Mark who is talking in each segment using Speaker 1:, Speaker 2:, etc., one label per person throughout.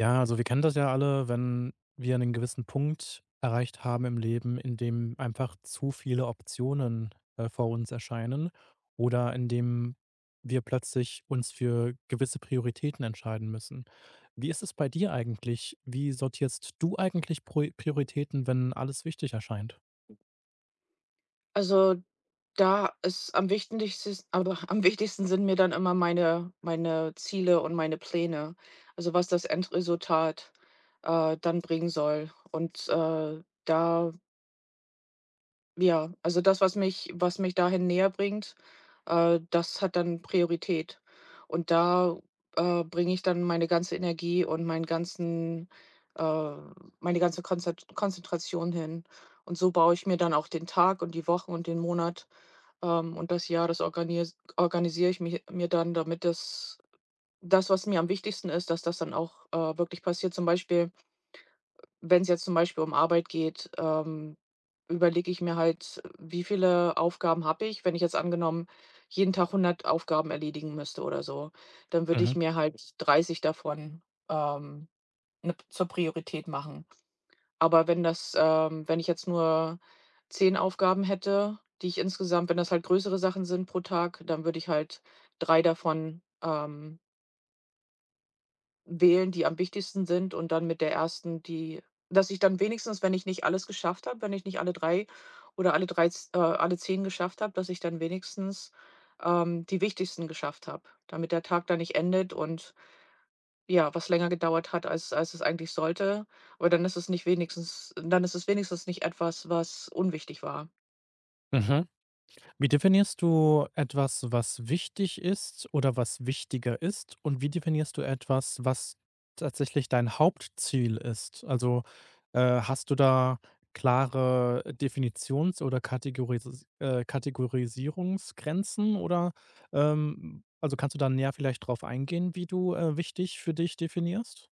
Speaker 1: Ja, also wir kennen das ja alle, wenn wir einen gewissen Punkt erreicht haben im Leben, in dem einfach zu viele Optionen, vor uns erscheinen oder in dem wir plötzlich uns für gewisse Prioritäten entscheiden müssen. Wie ist es bei dir eigentlich? Wie sortierst du eigentlich Proi Prioritäten, wenn alles wichtig erscheint?
Speaker 2: Also, da ist am wichtigsten, aber am wichtigsten sind mir dann immer meine Ziele und meine Pläne. Also, was das Endresultat, dann bringen soll. Und da ja, also das, was mich dahin näher bringt, das hat dann Priorität. Und da bringe ich dann meine ganze Energie und äh, meine ganze Konzert Konzentration hin. Und so baue ich mir dann auch den Tag und die Woche und den Monat, und das Jahr, das organisiere ich mich mir dann, damit das, das, was mir am wichtigsten ist, dass das dann auch wirklich passiert. Zum Beispiel, wenn es jetzt zum Beispiel um Arbeit geht, überlege ich mir halt: Wie viele Aufgaben habe ich? Wenn ich jetzt angenommen jeden Tag 100 Aufgaben erledigen müsste oder so, dann würde
Speaker 1: Mhm.
Speaker 2: ich mir halt 30 davon, ähm, 'ne zur Priorität machen. Aber wenn das wenn ich jetzt nur 10 Aufgaben hätte, die ich insgesamt, wenn das halt größere Sachen sind pro Tag, dann würde ich halt 3 davon, wählen, die am wichtigsten sind, und dann mit der ersten, die, dass ich dann wenigstens, wenn ich nicht alles geschafft habe, wenn ich nicht alle 3 oder alle 3 z alle 10 geschafft habe, dass ich dann wenigstens die wichtigsten geschafft habe, damit der Tag dann nicht endet und, ja, was länger gedauert hat, als es eigentlich sollte. Aber dann ist es nicht, wenigstens dann ist es wenigstens nicht etwas, was unwichtig war.
Speaker 1: Mhm. Wie definierst du etwas, was wichtig ist oder was wichtiger ist? Und wie definierst du etwas, was tatsächlich dein Hauptziel ist? Also hast du da klare Definitions- oder Kategorisierungsgrenzen oder also kannst du da näher vielleicht drauf eingehen, wie du wichtig für dich definierst?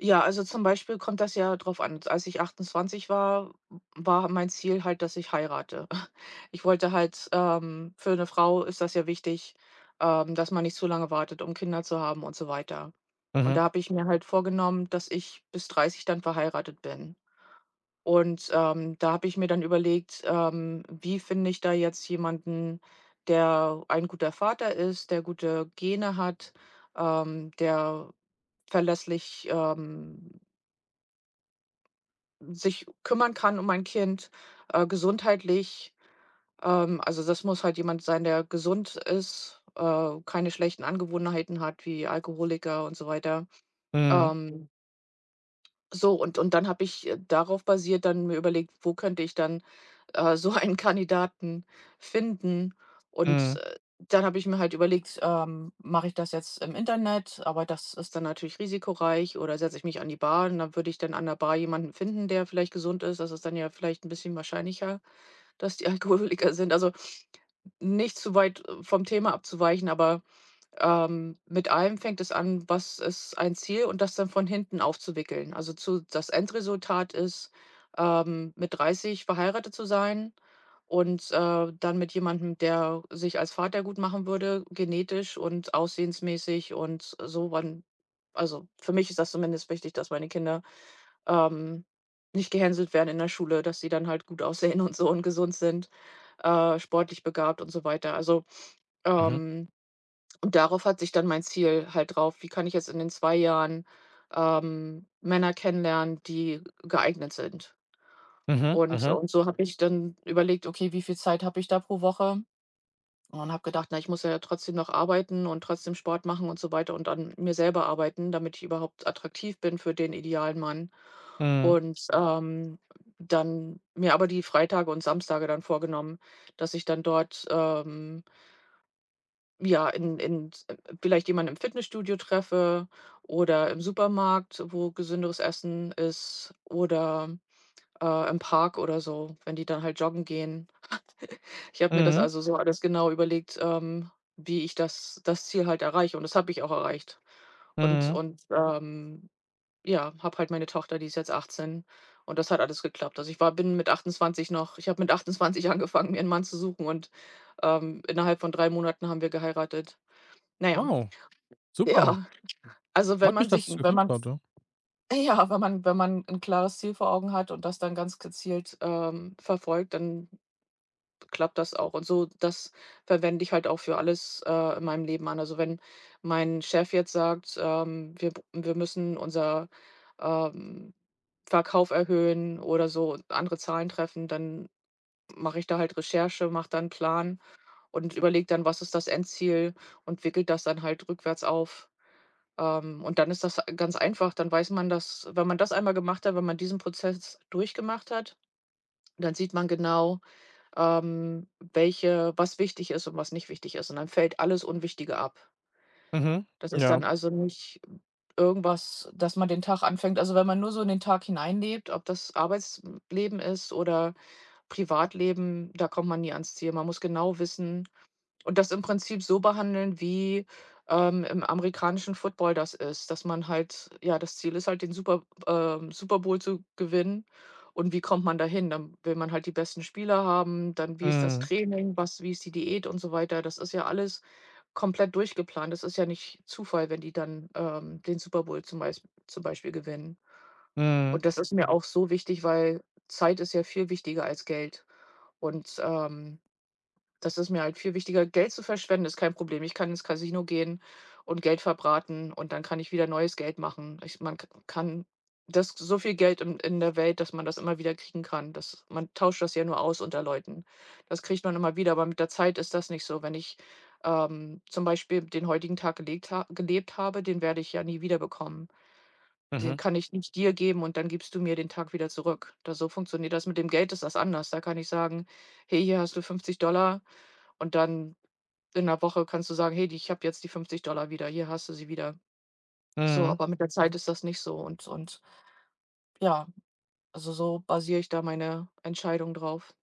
Speaker 2: Ja, also zum Beispiel kommt das ja drauf an. Als ich 28 war, war mein Ziel halt, dass ich heirate. Ich wollte halt, für eine Frau ist das ja wichtig, dass man nicht zu lange wartet, um Kinder zu haben und so weiter. Und
Speaker 1: Mhm.
Speaker 2: da habe ich mir halt vorgenommen, dass ich bis 30 dann verheiratet bin. Und da habe ich mir dann überlegt, wie finde ich da jetzt jemanden, der ein guter Vater ist, der gute Gene hat, der verlässlich sich kümmern kann um mein Kind gesundheitlich. Also, das muss halt jemand sein, der gesund ist keine schlechten Angewohnheiten hat wie Alkoholiker und so weiter.
Speaker 1: Mhm.
Speaker 2: Ähm, So, und dann habe ich darauf basiert dann mir überlegt: Wo könnte ich dann so einen Kandidaten finden? Und,
Speaker 1: Mhm.
Speaker 2: äh, dann habe ich mir halt überlegt: Mache ich das jetzt im Internet? Aber das ist dann natürlich risikoreich. Oder setze ich mich an die Bar, und dann würde ich dann an der Bar jemanden finden, der vielleicht gesund ist. Das ist dann ja vielleicht ein bisschen wahrscheinlicher, dass die Alkoholiker sind. Also, nicht zu weit vom Thema abzuweichen, aber mit allem fängt es an: Was ist ein Ziel, und das dann von hinten aufzuwickeln. Also zu, das Endresultat ist mit 30 verheiratet zu sein und dann mit jemandem, der sich als Vater gut machen würde, genetisch und aussehensmäßig und so wann, also, für mich ist das zumindest wichtig, dass meine Kinder, ähm, nicht gehänselt werden in der Schule, dass sie dann halt gut aussehen und so und gesund sind sportlich begabt und so weiter. Also,
Speaker 1: Mhm.
Speaker 2: ähm und darauf hat sich dann mein Ziel halt drauf: Wie kann ich jetzt in den 2 Jahren, Männer kennenlernen, die geeignet sind?
Speaker 1: Mhm.
Speaker 2: Und
Speaker 1: Mhm.
Speaker 2: und so habe ich dann überlegt: „Okay, wie viel Zeit habe ich da pro Woche?" Und habe gedacht: „Na, ich muss ja trotzdem noch arbeiten und trotzdem Sport machen und so weiter und an mir selber arbeiten, damit ich überhaupt attraktiv bin für den idealen Mann."
Speaker 1: Mhm.
Speaker 2: Und dann mir aber die Freitage und Samstage dann vorgenommen, dass ich dann dort ja, in s vielleicht jemanden im Fitnessstudio treffe oder im Supermarkt, wo gesünderes Essen ist, oder im Park oder so, wenn die dann halt joggen gehen. Ich habe mir das
Speaker 1: Mhm.
Speaker 2: also so alles genau überlegt, wie ich das Ziel halt erreiche, und das habe ich auch erreicht. Und
Speaker 1: Mhm.
Speaker 2: und, ähm, ja, habe halt meine Tochter, die ist jetzt 18, und das hat alles geklappt. Also, ich war bin mit 28 noch, ich habe mit 28 angefangen, mir einen Mann zu suchen, und innerhalb von 3 Monaten haben wir geheiratet. Naja,
Speaker 1: Wow, super.
Speaker 2: ja, also, wenn
Speaker 1: Freut mich,
Speaker 2: man
Speaker 1: dass
Speaker 2: sich
Speaker 1: es
Speaker 2: wenn
Speaker 1: geklappt
Speaker 2: man
Speaker 1: hat. Ja.
Speaker 2: ja, wenn man ein klares Ziel vor Augen hat und das dann ganz gezielt verfolgt, dann klappt das auch. Und so das verwende ich halt auch für alles in meinem Leben an. Also, wenn mein Chef jetzt sagt, wir müssen unser, ähm, Verkauf erhöhen oder so, andere Zahlen treffen, dann mache ich da halt Recherche, mache dann 'n Plan und überlege dann: Was ist das Endziel? Und wickele das dann halt rückwärts auf. Und dann ist das ganz einfach. Dann weiß man, dass, wenn man das einmal gemacht hat, wenn man diesen Prozess durchgemacht hat, dann sieht man genau, welche was wichtig ist und was nicht wichtig ist. Und dann fällt alles Unwichtige ab.
Speaker 1: Mhm.
Speaker 2: Das ist
Speaker 1: Ja.
Speaker 2: dann also nicht irgendwas, dass man den Tag anfängt, also, wenn man nur so in den Tag hineinlebt, ob das Arbeitsleben ist oder Privatleben, da kommt man nie ans Ziel. Man muss genau wissen und das im Prinzip so behandeln, wie im amerikanischen Football das ist, dass man halt, ja, das Ziel ist halt, den Super Bowl zu gewinnen. Und wie kommt man dahin? Dann will man halt die besten Spieler haben, dann, wie ist das
Speaker 1: Mhm.
Speaker 2: Training, was wie ist die Diät und so weiter. Das ist ja alles komplett durchgeplant. Das ist ja nicht Zufall, wenn die dann, den Super Bowl zum Beispiel gewinnen.
Speaker 1: Mhm.
Speaker 2: Und das ist mir auch so wichtig, weil Zeit ist ja viel wichtiger als Geld. Und, ähm Das ist mir halt viel wichtiger. Geld zu verschwenden ist kein Problem. Ich kann ins Casino gehen und Geld verbraten, und dann kann ich wieder neues Geld machen. Ich Man k kann das, so viel Geld in der Welt, dass man das immer wieder kriegen kann. Das, man tauscht das ja nur aus unter Leuten. Das kriegt man immer wieder, aber mit der Zeit ist das nicht so. Wenn ich, zum Beispiel den heutigen Tag gelegt ha gelebt habe, den werde ich ja nie wieder bekommen. Den
Speaker 1: Mhm.
Speaker 2: kann ich nicht dir geben, und dann gibst du mir den Tag wieder zurück. Da, so funktioniert das. Mit dem Geld ist das anders. Da kann ich sagen: „Hey, hier hast du 50", und dann in der Woche kannst du sagen: „Hey, die ich habe jetzt die 50 Dollar wieder, hier hast du sie wieder." So,
Speaker 1: Mhm.
Speaker 2: aber mit der Zeit ist das nicht so, und ja, also, so basiere ich da meine Entscheidung drauf.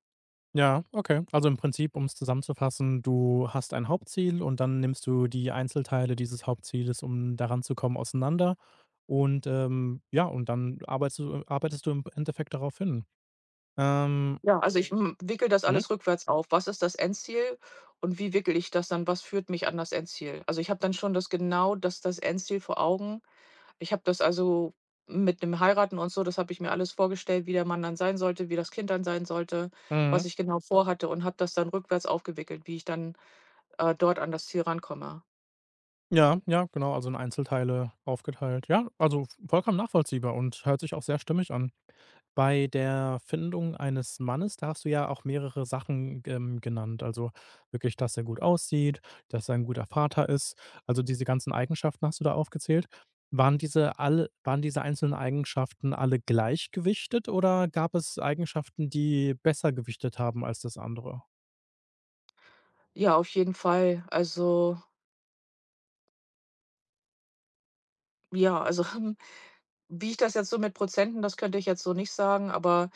Speaker 1: Ja, okay. Also, im Prinzip, um's zusammenzufassen, du hast ein Hauptziel und dann nimmst du die Einzelteile dieses Hauptzieles, um daran zu kommen auseinander und, ja, und dann arbeitest du im Endeffekt darauf hin. Ähm,
Speaker 2: Ja, also, ich, wickele das
Speaker 1: mhm.
Speaker 2: alles rückwärts auf. Was ist das Endziel, und wie wickele ich das dann was führt mich an das Endziel? Also, ich habe dann schon das Endziel vor Augen. Ich habe das also mit dem Heiraten und so, das habe ich mir alles vorgestellt, wie der Mann dann sein sollte, wie das Kind dann sein sollte, was
Speaker 1: Mhm.
Speaker 2: ich genau vorhatte, und habe das dann rückwärts aufgewickelt, wie ich dann dort an das Ziel rankomme.
Speaker 1: Ja, ja, genau, also in Einzelteile aufgeteilt. Ja, also vollkommen nachvollziehbar und hört sich auch sehr stimmig an. Bei der Findung eines Mannes, da hast du ja auch mehrere Sachen, genannt. Also wirklich, dass er gut aussieht, dass er ein guter Vater ist. Also diese ganzen Eigenschaften hast du da aufgezählt. Waren diese einzelnen Eigenschaften alle gleich gewichtet oder gab es Eigenschaften, die besser gewichtet haben als das andere?
Speaker 2: Ja, auf jeden Fall. Also, ja, also, wie ich das jetzt so mit Prozenten, das könnte ich jetzt so nicht sagen, aber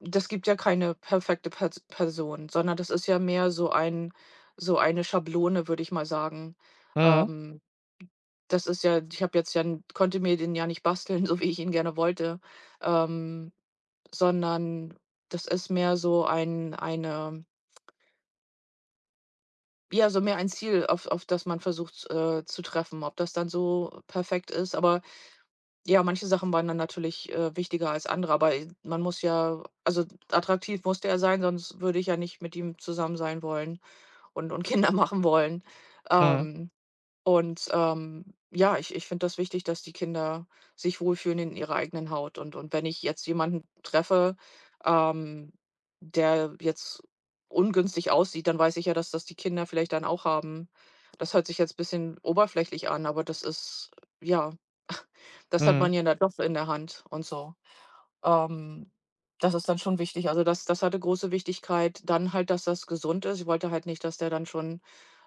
Speaker 2: das gibt ja keine perfekte Person, sondern das ist ja mehr so ein, so eine Schablone, würde ich mal sagen.
Speaker 1: Mhm,
Speaker 2: Ähm, Das ist ja, ich habe jetzt ja n konnte mir den ja nicht basteln, so wie ich ihn gerne wollte, ähm, sondern das ist mehr so ein, eine, ja, so mehr ein Ziel, auf das man versucht zu treffen. Ob das dann so perfekt ist, aber ja, manche Sachen waren dann natürlich wichtiger als andere, aber i man muss ja, also, attraktiv musste er sein, sonst würde ich ja nicht mit ihm zusammen sein wollen und Kinder machen wollen.
Speaker 1: mhm,
Speaker 2: Ähm und, ja, ich finde das wichtig, dass die Kinder sich wohlfühlen in ihrer eigenen Haut. Und wenn ich jetzt jemanden treffe, ähm, der jetzt ungünstig aussieht, dann weiß ich ja, dass das die Kinder vielleicht dann auch haben. Das hört sich jetzt ein bisschen oberflächlich an, aber das ist, ja, das hat
Speaker 1: mhm,
Speaker 2: man ja dann doch in der Hand und so. Ähm, Das ist dann schon wichtig. Also, das hatte große Wichtigkeit. Dann halt, dass das gesund ist. Ich wollte halt nicht, dass der dann schon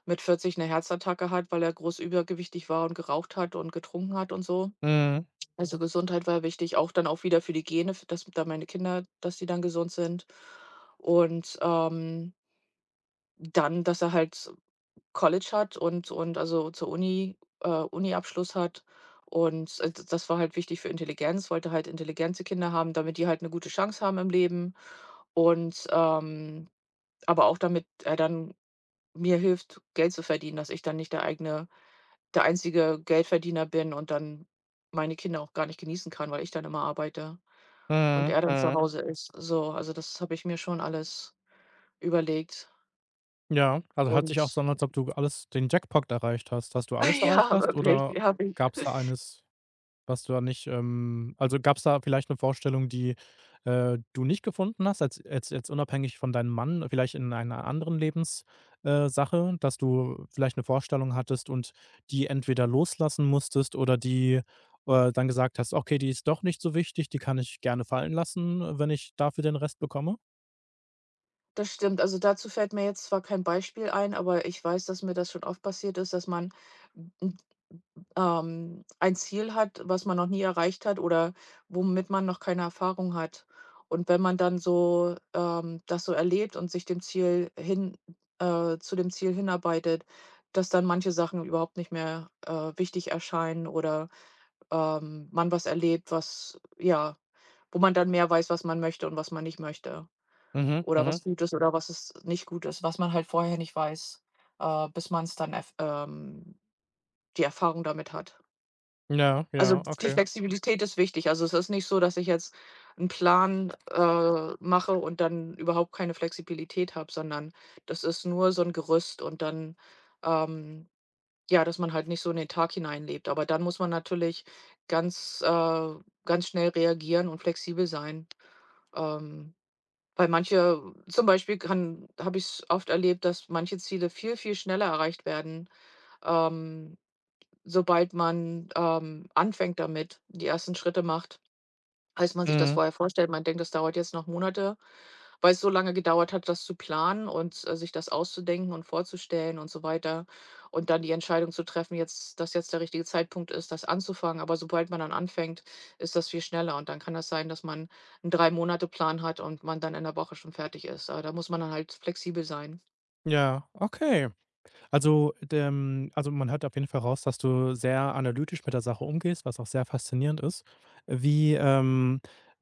Speaker 2: mit 40 eine Herzattacke hat, weil er groß übergewichtig war und geraucht hat und getrunken hat und so.
Speaker 1: mhm,
Speaker 2: Also, Gesundheit war wichtig, auch dann auch wieder für die Gene, f dass da meine Kinder, dass die dann gesund sind. Und, dann, dass er halt College hat und also zur Uni Abschluss hat. Und, d das war halt wichtig für Intelligenz, wollte halt intelligente Kinder haben, damit die halt eine gute Chance haben im Leben und, aber auch damit er dann mir hilft, Geld zu verdienen, dass ich dann nicht der einzige Geldverdiener bin und dann meine Kinder auch gar nicht genießen kann, weil ich dann immer arbeite und
Speaker 1: mhm,
Speaker 2: er dann zu
Speaker 1: mhm.
Speaker 2: Hause ist. So, also das habe ich mir schon alles überlegt
Speaker 1: Ja, also hört sich auch so
Speaker 2: und
Speaker 1: an, als ob du alles den Jackpot erreicht hast. Hast du alles erreicht
Speaker 2: ja,
Speaker 1: hast
Speaker 2: wirklich,
Speaker 1: oder
Speaker 2: ja.
Speaker 1: gab es da eines, was du da nicht also gab es da vielleicht eine Vorstellung, die, du nicht gefunden hast, als jetzt unabhängig von deinem Mann, vielleicht in einer anderen Sache, dass du vielleicht eine Vorstellung hattest und die entweder loslassen musstest oder die, dann gesagt hast: „Okay, die ist doch nicht so wichtig, die kann ich gerne fallen lassen, wenn ich dafür den Rest bekomme?“
Speaker 2: Das stimmt. Also, dazu fällt mir jetzt zwar kein Beispiel ein, aber ich weiß, dass mir das schon oft passiert ist, dass man, n n ein Ziel hat, was man noch nie erreicht hat oder womit man noch keine Erfahrung hat. Und wenn man dann so, das so erlebt und sich dem Ziel hin zu dem Ziel hinarbeitet, dass dann manche Sachen überhaupt nicht mehr, wichtig erscheinen oder, man was erlebt, was ja, wo man dann mehr weiß, was man möchte und was man nicht möchte.
Speaker 1: Mhm,
Speaker 2: Oder
Speaker 1: mhm.
Speaker 2: was gut ist oder was es nicht gut ist, was man halt vorher nicht weiß, bis man es dann erf die Erfahrung damit hat.
Speaker 1: Ja,
Speaker 2: Also,
Speaker 1: ja,
Speaker 2: die
Speaker 1: okay.
Speaker 2: Flexibilität ist wichtig. Also, es ist nicht so, dass ich jetzt 'n Plan, mache und dann überhaupt keine Flexibilität habe, sondern das ist nur so 'n Gerüst und dann, ähm ja, dass man halt nicht so in den Tag hineinlebt. Aber dann muss man natürlich ganz, äh ganz schnell reagieren und flexibel sein. Ähm Weil manche zum Beispiel kann habe ich es oft erlebt, dass manche Ziele viel, viel schneller erreicht werden, ähm, sobald man, anfängt damit, die ersten Schritte macht, als man sich das
Speaker 1: Mhm.
Speaker 2: vorher vorstellt. Man denkt, das dauert jetzt noch Monate, weil es so lange gedauert hat, das zu planen und, sich das auszudenken und vorzustellen und so weiter und dann die Entscheidung zu treffen, jetzt dass jetzt der richtige Zeitpunkt ist, das anzufangen. Aber sobald man dann anfängt, ist das viel schneller und dann kann das sein, dass man 'n 3 Monate Plan hat und man dann in der Woche schon fertig ist. Aber da muss man dann halt flexibel sein.
Speaker 1: Ja, okay. Also, dem also, man hört auf jeden Fall raus, dass du sehr analytisch mit der Sache umgehst, was auch sehr faszinierend ist. Wie,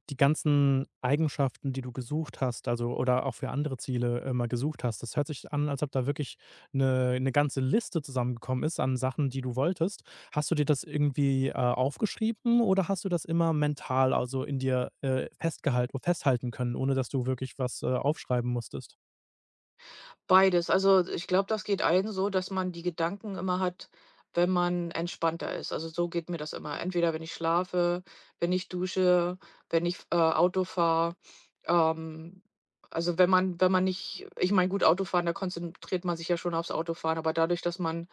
Speaker 1: die ganzen Eigenschaften, die du gesucht hast, also oder auch für andere Ziele immer gesucht hast. Das hört sich an, als ob da wirklich eine ganze Liste zusammengekommen ist an Sachen, die du wolltest. Hast du dir das irgendwie, aufgeschrieben oder hast du das immer mental, also, in dir, festgehalt festhalten können, ohne dass du wirklich was, aufschreiben musstest?
Speaker 2: Beides. Also, ich glaube, das geht allen so, dass man die Gedanken immer hat, wenn man entspannter ist. Also, so geht mir das immer. Entweder wenn ich schlafe, wenn ich dusche, wenn ich, Auto fahre. Ähm, also, wenn man wenn man nicht ich meine, gut, Autofahren, da konzentriert man sich ja schon aufs Autofahren, aber dadurch, dass man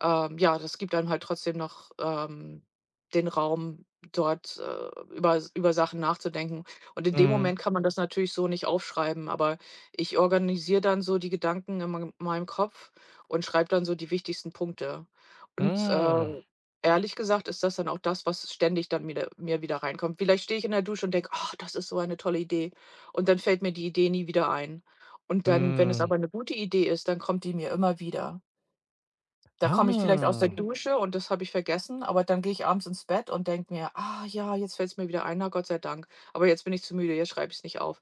Speaker 2: ähm, ja, das gibt einem halt trotzdem noch, den Raum, dort, über Sachen nachzudenken. Und in dem
Speaker 1: Mhm.
Speaker 2: Moment kann man das natürlich so nicht aufschreiben, aber ich organisiere dann so die Gedanken in meinem Kopf und schreibe dann so die wichtigsten Punkte. Und,
Speaker 1: Hm.
Speaker 2: ehrlich gesagt ist das dann auch das, was ständig dann wieder mir wieder reinkommt. Vielleicht stehe ich in der Dusche und denke: „Ach, das ist so eine tolle Idee.“ Und dann fällt mir die Idee nie wieder ein. Und dann, wenn es
Speaker 1: Hm.
Speaker 2: aber eine gute Idee ist, dann kommt die mir immer wieder. Da komme ich vielleicht aus der
Speaker 1: Ah.
Speaker 2: Dusche und das habe ich vergessen, aber dann gehe ich abends ins Bett und denke mir: „Ah ja, jetzt fällt es mir wieder ein, na Gott sei Dank. Aber jetzt bin ich zu müde, jetzt schreibe ich es nicht auf.“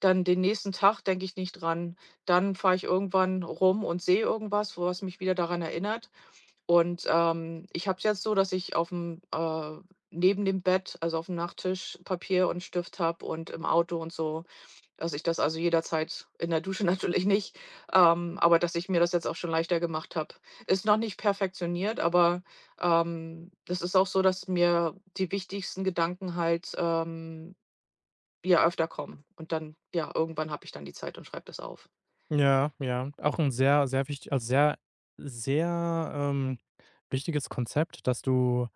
Speaker 2: Dann den nächsten Tag denke ich nicht dran. Dann fahre ich irgendwann rum und sehe irgendwas, wo was mich wieder daran erinnert. Und, ich habe es jetzt so, dass ich auf'm neben dem Bett, also auf'm Nachttisch Papier und Stift habe und im Auto und so. Dass ich das also jederzeit, in der Dusche natürlich nicht, aber dass ich mir das jetzt auch schon leichter gemacht habe. Ist noch nicht perfektioniert, aber, das ist auch so, dass mir die wichtigsten Gedanken halt, ja, öfter kommen. Und dann, ja, irgendwann habe ich dann die Zeit und schreibe das auf.
Speaker 1: Ja, ja. Auch ein sehr, sehr wicht also, sehr, sehr, wichtiges Konzept, dass du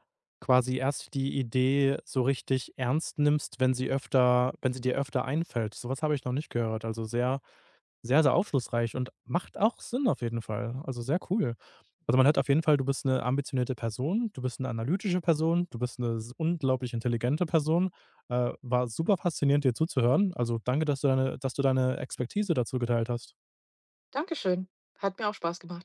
Speaker 1: quasi erst die Idee so richtig ernst nimmst, wenn sie öfter wenn sie dir öfter einfällt. So was habe ich noch nicht gehört. Also, sehr, sehr aufschlussreich und macht auch Sinn auf jeden Fall. Also, sehr cool. Also, man hört auf jeden Fall, du bist eine ambitionierte Person, du bist eine analytische Person, du bist eine unglaublich intelligente Person. War super faszinierend, dir zuzuhören. Also, danke, dass du deine Expertise dazu geteilt hast.
Speaker 2: Dankeschön. Hat mir auch Spaß gemacht.